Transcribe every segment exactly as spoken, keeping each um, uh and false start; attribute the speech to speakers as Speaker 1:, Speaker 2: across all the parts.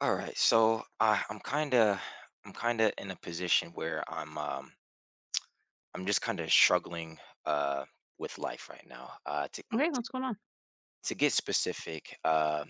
Speaker 1: All right, so I, I'm kind of I'm kind of in a position where I'm um, I'm just kind of struggling uh, with life right now. Uh, to
Speaker 2: Okay, what's going on?
Speaker 1: to get specific, uh,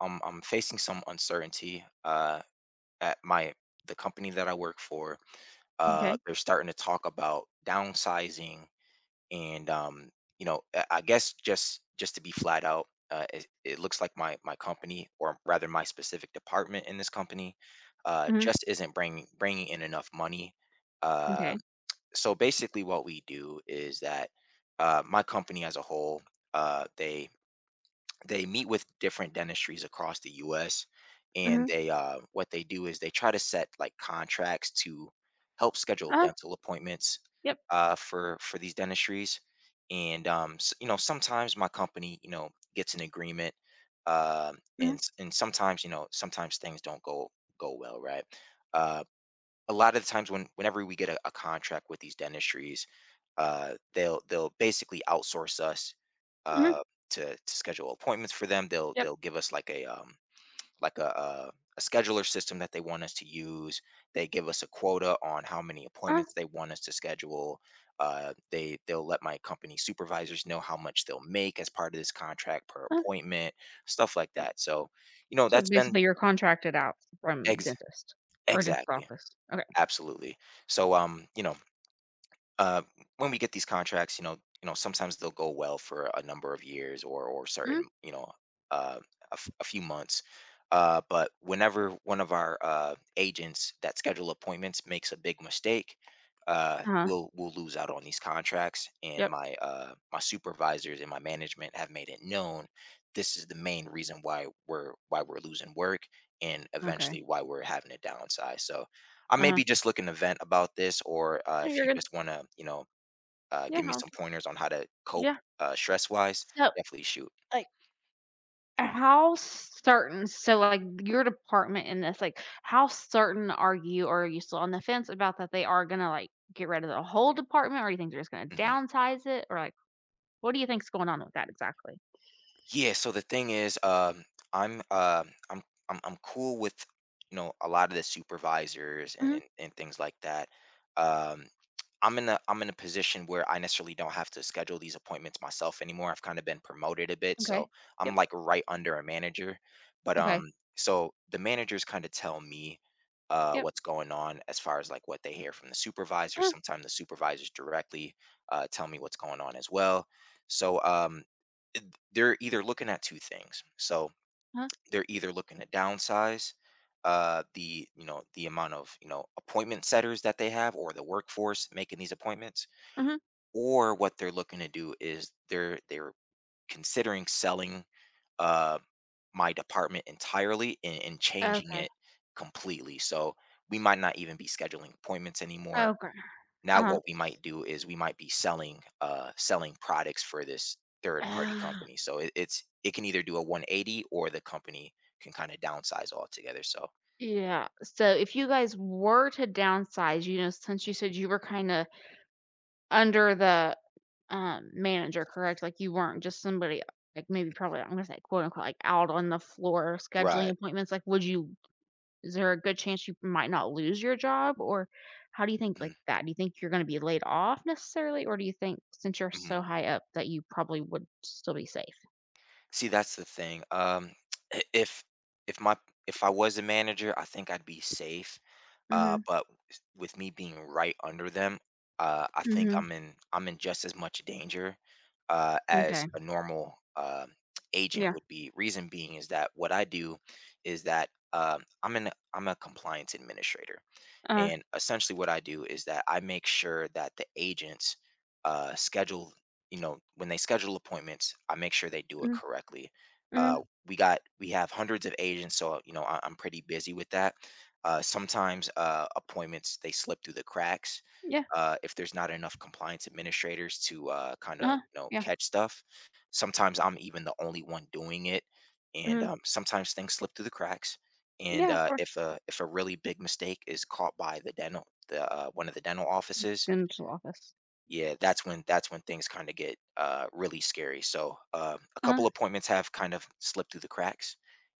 Speaker 1: I'm I'm facing some uncertainty uh, at my the company that I work for. Uh,
Speaker 2: M'kay.
Speaker 1: they're starting to talk about downsizing and um, you know, I I guess just just to be flat out, uh, it, it looks like my my company, or rather my specific department in this company, uh,
Speaker 2: Mhm.
Speaker 1: just isn't bringing bringing in enough money. Uh,
Speaker 2: M'kay.
Speaker 1: so basically, what we do is that uh, my company as a whole, uh, they they meet with different dentistries across the U S and
Speaker 2: Mhm.
Speaker 1: they uh, what they do is they try to set like contracts to help schedule
Speaker 2: Uh-huh.
Speaker 1: dental appointments
Speaker 2: Yep.
Speaker 1: uh, for for these dentistries and um, s you know sometimes my company you know gets an agreement um, and
Speaker 2: Mhm.
Speaker 1: s- and sometimes you know sometimes things don't go go well, right. Uh, a lot of the times when whenever we get a, a contract with these dentistries, uh, they'll they'll basically outsource us
Speaker 2: Mhm.
Speaker 1: uh, to to schedule appointments for them. They'll
Speaker 2: Yep.
Speaker 1: they'll give us like a um, like a, a a scheduler system that they want us to use. They give us a quota on how many
Speaker 2: Uh-huh.
Speaker 1: appointments they want us to schedule. Uh, they they'll let my company supervisors know how much they'll make as part of this contract per
Speaker 2: Uh-huh.
Speaker 1: appointment, stuff like
Speaker 2: Yep.
Speaker 1: that. So, you know,
Speaker 2: So,
Speaker 1: that's been
Speaker 2: basically, you're contracted out from
Speaker 1: ex-
Speaker 2: dentist or dentist
Speaker 1: exactly,
Speaker 2: office. Okay.
Speaker 1: absolutely. So, um, you know, uh, when we get these contracts, you know, you know, sometimes they'll go well for a number of years or or certain,
Speaker 2: Mhm.
Speaker 1: you know, uh, a, f- a few months. Uh, but whenever one of our uh, agents that schedule appointments makes a big mistake, uh,
Speaker 2: Uh-huh.
Speaker 1: we'll we'll lose out on these contracts. And
Speaker 2: Yep.
Speaker 1: my uh, my supervisors and my management have made it known this is the main reason why we're why we're losing work and
Speaker 2: Okay.
Speaker 1: eventually why we're having to downsize. So I may
Speaker 2: Uh-huh.
Speaker 1: be just looking to vent about this, or uh,
Speaker 2: Yeah,
Speaker 1: if
Speaker 2: you're
Speaker 1: you
Speaker 2: good.
Speaker 1: just want to, you know, uh,
Speaker 2: Yeah,
Speaker 1: give me some
Speaker 2: okay.
Speaker 1: pointers on how to cope
Speaker 2: Yeah.
Speaker 1: uh, stress wise,
Speaker 2: So,
Speaker 1: definitely shoot.
Speaker 2: like, how certain so, like, your department in this, like, how certain are you or are you still on the fence about that they are gonna, like, get rid of the whole department, or you think they're just gonna
Speaker 1: Mhm.
Speaker 2: downsize it? Or, like, what do you think's going on with that exactly?
Speaker 1: Yeah, so the thing is, um, I'm uh, I'm I'm I'm cool with you know a lot of the supervisors and
Speaker 2: Mhm.
Speaker 1: and, and things like that. Um, I'm in a I'm in a position where I necessarily don't have to schedule these appointments myself anymore. I've kind of been promoted a bit, so
Speaker 2: Okay.
Speaker 1: I'm
Speaker 2: Yep.
Speaker 1: like right under a manager. But
Speaker 2: Okay.
Speaker 1: um, so the managers kind of tell me uh
Speaker 2: Yep.
Speaker 1: what's going on as far as like what they hear from the supervisors.
Speaker 2: Uh-huh.
Speaker 1: Sometimes the supervisors directly uh tell me what's going on as well. So um they're either looking at two things. So
Speaker 2: Uh-huh.
Speaker 1: they're either looking to downsize uh, the you know the amount of you know appointment setters that they have or the workforce making these appointments,
Speaker 2: Mhm.
Speaker 1: or what they're looking to do is they're they're considering selling uh, my department entirely and, and changing
Speaker 2: Okay.
Speaker 1: it completely. So we might not even be scheduling appointments anymore.
Speaker 2: Okay.
Speaker 1: Now
Speaker 2: Uh-huh.
Speaker 1: what we might do is we might be selling uh selling products for this third party company. So it, it's it can either do a one eighty or the company can kind of downsize altogether. So,
Speaker 2: Yeah. So if you guys were to downsize, you know, since you said you were kinda under the, um, manager, correct? Like, you weren't just somebody, like, maybe probably, I'm gonna say, quote, unquote, like, "out on the floor" scheduling
Speaker 1: right.
Speaker 2: appointments, like, would you is there a good chance you might not lose your job? Or how do you think,
Speaker 1: Hmm.
Speaker 2: like, that? Do you think you're gonna be laid off necessarily? Or do you think since you're so high up that you probably would still be safe?
Speaker 1: See, that's the thing. Um, i- if if my if I was a manager, I think I'd be safe. Uh,
Speaker 2: Mhm.
Speaker 1: but s- with me being right under them, uh, I think
Speaker 2: Mhm.
Speaker 1: I'm in I'm in just as much danger uh, as
Speaker 2: Okay.
Speaker 1: a normal uh, agent
Speaker 2: Yeah.
Speaker 1: would be. Reason being is that what I do is that um, I'm an I'm a compliance administrator.
Speaker 2: uh
Speaker 1: And essentially, what I do is that I make sure that the agents uh, schedule, you know, when they schedule appointments, I make sure they do
Speaker 2: Mm.
Speaker 1: it correctly.
Speaker 2: Mhm,
Speaker 1: Uh,
Speaker 2: mhm.
Speaker 1: we got we have hundreds of agents, so you know I, I'm pretty busy with that. Uh, sometimes uh, appointments they slip through the cracks
Speaker 2: Yeah.
Speaker 1: uh, if there's not enough compliance administrators to uh, kind of
Speaker 2: uh
Speaker 1: you know
Speaker 2: Yeah.
Speaker 1: catch stuff. Sometimes I'm even the only one doing it, and
Speaker 2: Mhm.
Speaker 1: um, sometimes things slip through the cracks and
Speaker 2: Yeah, of
Speaker 1: uh,
Speaker 2: course.
Speaker 1: if a if a really big mistake is caught by the dental the uh, one of the dental offices,
Speaker 2: Dental office.
Speaker 1: yeah, that's when that's when things kind of get uh, really scary. So uh, a
Speaker 2: Uh-huh.
Speaker 1: couple appointments have kind of slipped through the cracks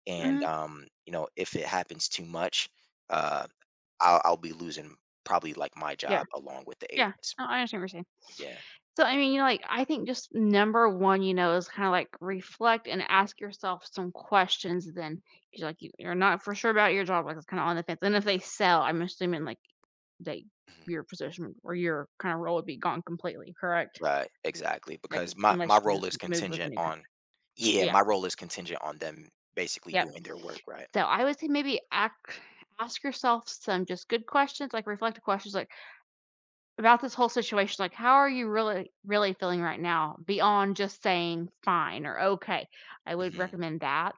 Speaker 1: and
Speaker 2: Mhm.
Speaker 1: um, you know if it happens too much, uh, I'll, I'll be losing probably like my
Speaker 2: Yeah.
Speaker 1: job along with the
Speaker 2: Yeah.
Speaker 1: agents,
Speaker 2: No, I understand what you're saying.
Speaker 1: yeah.
Speaker 2: So, I mean, you know, like, I think just number one, you know, is kinda, like, reflect and ask yourself some questions then, 'cause, like, you you're not for sure about your job, like, it's kinda on the fence, and if they sell, I'm assuming, like, that
Speaker 1: Mhm.
Speaker 2: your position or your kinda role would be gone completely, correct?
Speaker 1: Right, exactly,
Speaker 2: Like,
Speaker 1: because my my
Speaker 2: unless you
Speaker 1: role is
Speaker 2: move with a
Speaker 1: contingent
Speaker 2: new company.
Speaker 1: on — yeah,
Speaker 2: Yeah.
Speaker 1: my role is contingent on them basically
Speaker 2: Yeah.
Speaker 1: doing their work right.
Speaker 2: So I would say maybe ask ask yourself some just good questions, like reflective questions, like about this whole situation, like how are you really really feeling right now beyond just saying fine or okay. I would
Speaker 1: Hmm.
Speaker 2: recommend that.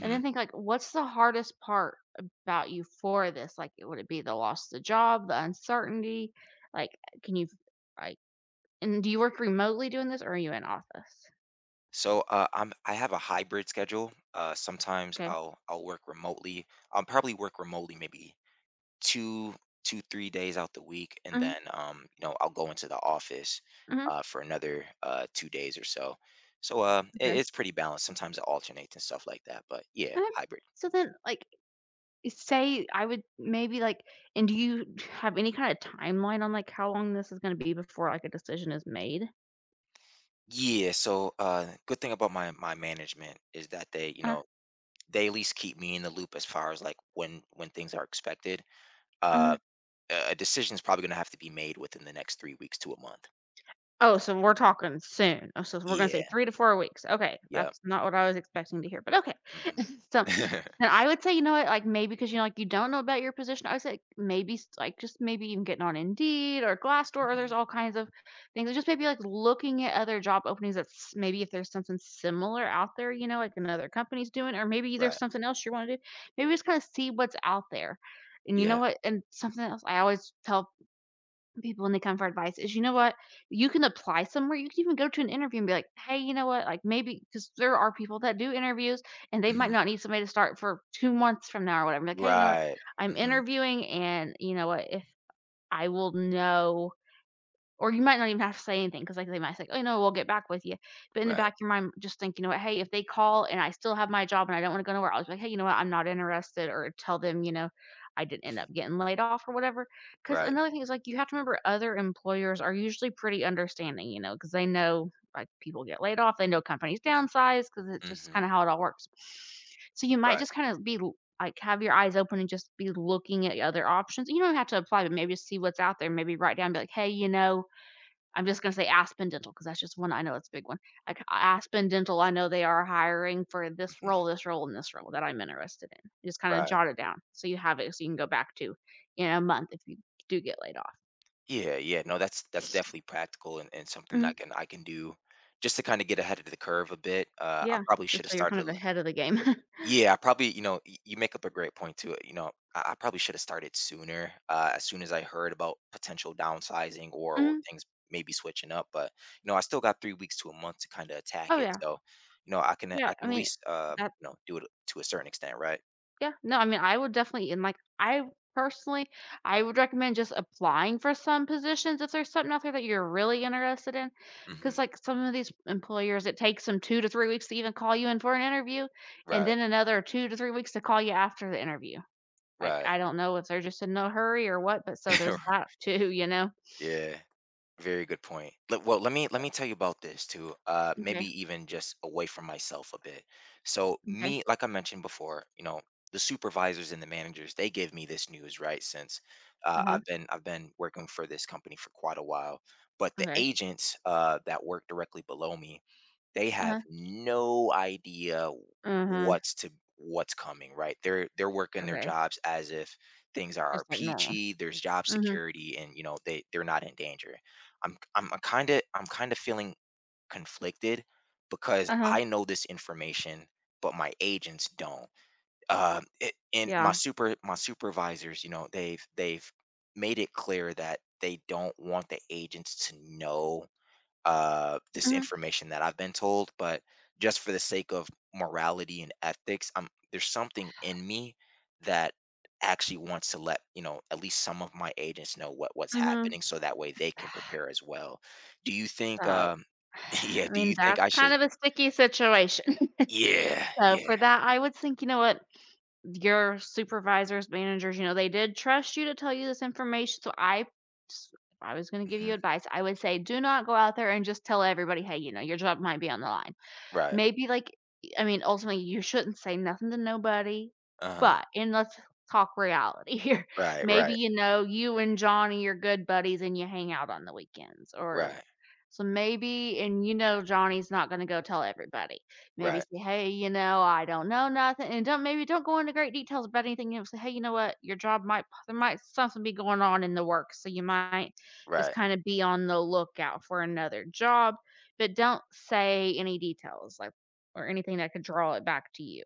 Speaker 2: And then think like what's the hardest part about you for this? Like would it be the loss of the job, the uncertainty? Like can you like and do you work remotely doing this or are you in office?
Speaker 1: So uh, I'm I have a hybrid schedule. Uh, sometimes
Speaker 2: Okay.
Speaker 1: I'll I'll work remotely. I'll probably work remotely maybe two two three days out the week, and
Speaker 2: Mhm,
Speaker 1: then um you know I'll go into the office
Speaker 2: mhm.
Speaker 1: uh, for another uh, two days or so. So uh, it,
Speaker 2: Okay.
Speaker 1: it's pretty balanced. Sometimes it alternates and stuff like that. But yeah,
Speaker 2: Okay.
Speaker 1: hybrid.
Speaker 2: So then like say I would maybe, like and do you have any kinda timeline on, like, how long this is gonna be before, like, a decision is made?
Speaker 1: Yeah. So uh, good thing about my my management is that they you
Speaker 2: Uh
Speaker 1: know they at least keep me in the loop as far as like when when things are expected. Uh, A decision is probably gonna have to be made within the next three weeks to a month.
Speaker 2: Oh, so we're talking soon. Oh, so we're gonna say
Speaker 1: Yeah,
Speaker 2: three to four weeks. Okay,
Speaker 1: yep,
Speaker 2: that's not what I was expecting to hear, but okay.
Speaker 1: mhm.
Speaker 2: So, and I would say, you know what, like, maybe because you know, like, you don't know about your position, I would say maybe s like, just maybe even getting on Indeed or Glassdoor, or there's
Speaker 1: Mhm,
Speaker 2: all kinds of things, just maybe, like, looking at other job openings that's maybe if there's something similar out there, you know, like another company's doing, or maybe
Speaker 1: right.
Speaker 2: there's something else you wanna do. Maybe just kinda see what's out there. And you
Speaker 1: Yeah,
Speaker 2: know what? And something else I always tell people when they come for advice is you know what you can apply somewhere, you can even go to an interview and be like, hey, you know what, like maybe because there are people that do interviews and they might
Speaker 1: mhm.
Speaker 2: not need somebody to start for two months from now or whatever, like, hey, you know what,
Speaker 1: Right,
Speaker 2: I'm
Speaker 1: mhm,
Speaker 2: interviewing and you know what if I will know, or you might not even have to say anything, because like, they might say, "Oh, no, we'll get back with you." But in the
Speaker 1: right,
Speaker 2: back of your mind, just think, you know what, "Hey, if they call and I still have my job and I don't wanna go nowhere," I'll just be like, "Hey, you know what, I'm not interested," or tell them, you know, I didn't end
Speaker 1: mhm,
Speaker 2: up getting laid off or whatever. Because
Speaker 1: right,
Speaker 2: another thing is, like, you have to remember other employers are usually pretty understanding, you know, because they know, like, people get laid off, they know companies downsize, because it's just
Speaker 1: mhm,
Speaker 2: kinda how it all works. So you might
Speaker 1: right,
Speaker 2: just kinda be l like, have your eyes open and just be looking at other options. You don't have to apply, but maybe just see what's out there, maybe write down, be like, "Hey, you know, I'm just gonna say Aspen Dental because that's just one I know it's a big one. Like, Aspen Dental, I know they are hiring for this
Speaker 1: mhm,
Speaker 2: role, this role, and this role that I'm interested in." You Just kinda
Speaker 1: right.
Speaker 2: jot it down, so you have it, so you can go back to in a month if you do get laid off.
Speaker 1: Yeah, yeah, no, that's that's definitely practical and and something I
Speaker 2: Mhm,
Speaker 1: can I can do just to kinda get ahead of the curve a bit. Uh, I
Speaker 2: yeah,
Speaker 1: probably should
Speaker 2: just
Speaker 1: have
Speaker 2: so you're kind
Speaker 1: started.
Speaker 2: of ahead of the game.
Speaker 1: Yeah, I probably, you know, y- you make up a great point to it. You know, I, I probably should have started sooner, uh, as soon as I heard about potential downsizing or or
Speaker 2: Mhm.
Speaker 1: things maybe switching up. But you know, I still got three weeks to a month to kind of attack
Speaker 2: Oh,
Speaker 1: it.
Speaker 2: yeah.
Speaker 1: So, you know, I can I
Speaker 2: Yeah, I
Speaker 1: can at
Speaker 2: mean,
Speaker 1: least uh,
Speaker 2: that
Speaker 1: you know, do it to a certain extent, right?
Speaker 2: Yeah, no, I mean, I would definitely and, like, I personally, I would recommend just applying for some positions if there's something out there that you're really interested in, because
Speaker 1: Hmm.
Speaker 2: like, some of these employers, it takes them two to three weeks to even call you in for an interview, and
Speaker 1: Right,
Speaker 2: then another two to three weeks to call you after the interview. Like,
Speaker 1: right.
Speaker 2: I don't know if they're just in no hurry or what, but so there's that too, you know?
Speaker 1: Yeah. Very good point. Le- Well, let me let me tell you about this too. Uh, maybe
Speaker 2: Okay,
Speaker 1: even just away from myself a bit. So
Speaker 2: okay,
Speaker 1: me, like I mentioned before, you know, the supervisors and the managers, they gave me this news, right? Since uh,
Speaker 2: uh-huh,
Speaker 1: I've been I've been working for this company for quite a while, but the
Speaker 2: okay,
Speaker 1: agents uh, that work directly below me, they have
Speaker 2: uh-huh.
Speaker 1: no idea
Speaker 2: Uh huh.
Speaker 1: what's to what's coming, right? They're they're working their
Speaker 2: Okay,
Speaker 1: jobs as if things are
Speaker 2: just like normal.
Speaker 1: peachy, there's job
Speaker 2: Mhm,
Speaker 1: security, and you know they they're not in danger. I'm I'm kind of I'm kind of feeling conflicted because
Speaker 2: uh-huh,
Speaker 1: I know this information, but my agents don't. Um, it, and my
Speaker 2: yeah,
Speaker 1: super my supervisors, you know, they've they've made it clear that they don't want the agents to know uh, this
Speaker 2: mhm,
Speaker 1: information that I've been told, but just for the sake of morality and ethics, I'm there's something in me that actually wants to let you know at least some of my agents know what what's
Speaker 2: mhm,
Speaker 1: happening, so that way they can prepare as well. Do you think?
Speaker 2: so
Speaker 1: Um, yeah.
Speaker 2: I
Speaker 1: Do you
Speaker 2: mean,
Speaker 1: think
Speaker 2: that's
Speaker 1: I
Speaker 2: kind
Speaker 1: should?
Speaker 2: of a sticky situation.
Speaker 1: Yeah.
Speaker 2: So
Speaker 1: Yeah.
Speaker 2: for that, I would think, you know what, your supervisors, managers, you know, they did trust you to tell you this information. So I s- if I was going to give you
Speaker 1: Hmm.
Speaker 2: advice, I would say do not go out there and just tell everybody, hey, you know, your job might be on the line.
Speaker 1: Right.
Speaker 2: Maybe, like I mean, ultimately, you shouldn't say nothing to nobody,
Speaker 1: Uh huh.
Speaker 2: but and let's talk reality here.
Speaker 1: Right.
Speaker 2: Maybe,
Speaker 1: Right.
Speaker 2: you know, you and Johnny are good buddies and you hang out on the weekends or
Speaker 1: Right.
Speaker 2: so maybe, and you know Johnny's not gonna go tell everybody. Maybe
Speaker 1: Right.
Speaker 2: say, "Hey, you know, I don't know nothing," and don't maybe don't go into great details about anything. You know, say, "Hey, you know what? Your job might there might something be going on in the work, so you might just
Speaker 1: Right.
Speaker 2: kind of be on the lookout for another job," but don't say any details, like, or anything that could draw it back to you.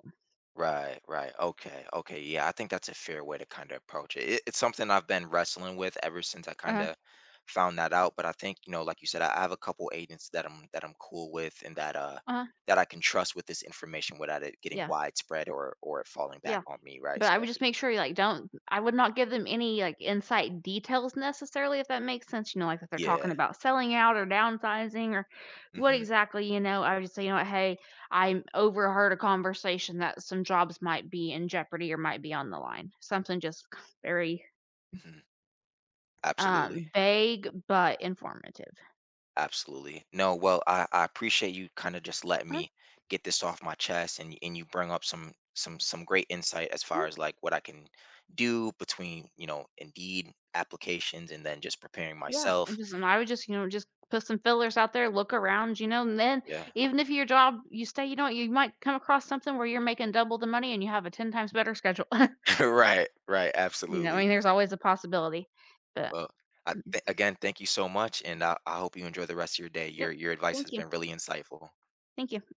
Speaker 1: Right, right. Okay, okay. Yeah, I think that's a fair way to kind of approach it. it. It's something I've been wrestling with ever since I kind
Speaker 2: Uh-huh,
Speaker 1: of found that out. But I think, you know, like you said, I, I have a couple agents that I'm that I'm cool with and that uh
Speaker 2: uh-huh,
Speaker 1: that I can trust with this information without it getting
Speaker 2: yeah,
Speaker 1: widespread or or it falling back
Speaker 2: yeah,
Speaker 1: on me, right?
Speaker 2: but I
Speaker 1: So
Speaker 2: would just make sure you, like, don't I would not give them any, like, insight details necessarily, if that makes sense, you know, like, if they're talking
Speaker 1: yeah.
Speaker 2: about selling out or downsizing or what
Speaker 1: Hmm.
Speaker 2: exactly, you know, I would just say, "You know what, hey, I overheard a conversation that some jobs might be in jeopardy or might be on the line." Something just very,
Speaker 1: Hmm. Absolutely.
Speaker 2: um, vague but informative.
Speaker 1: Absolutely. No, well, I, I appreciate you kind of just letting
Speaker 2: huh
Speaker 1: me get this off my chest, and and you bring up some some some great insight as far as like what I can do between, you know, Indeed applications and then just preparing
Speaker 2: Yeah, and
Speaker 1: myself.
Speaker 2: just and I would just, you know, just put some fillers out there, look around, you know, and then
Speaker 1: Yeah.
Speaker 2: even if your job you stay, you know, you might come across something where you're making double the money and you have a ten times better schedule.
Speaker 1: Right, right,
Speaker 2: You know, I
Speaker 1: absolutely.
Speaker 2: mean, there's always a possibility. But
Speaker 1: Well, I th- again, thank you so much and I, I hope you enjoy the rest of your day. Your
Speaker 2: yep.
Speaker 1: your advice
Speaker 2: Thank
Speaker 1: has
Speaker 2: you.
Speaker 1: been really insightful.
Speaker 2: Thank you.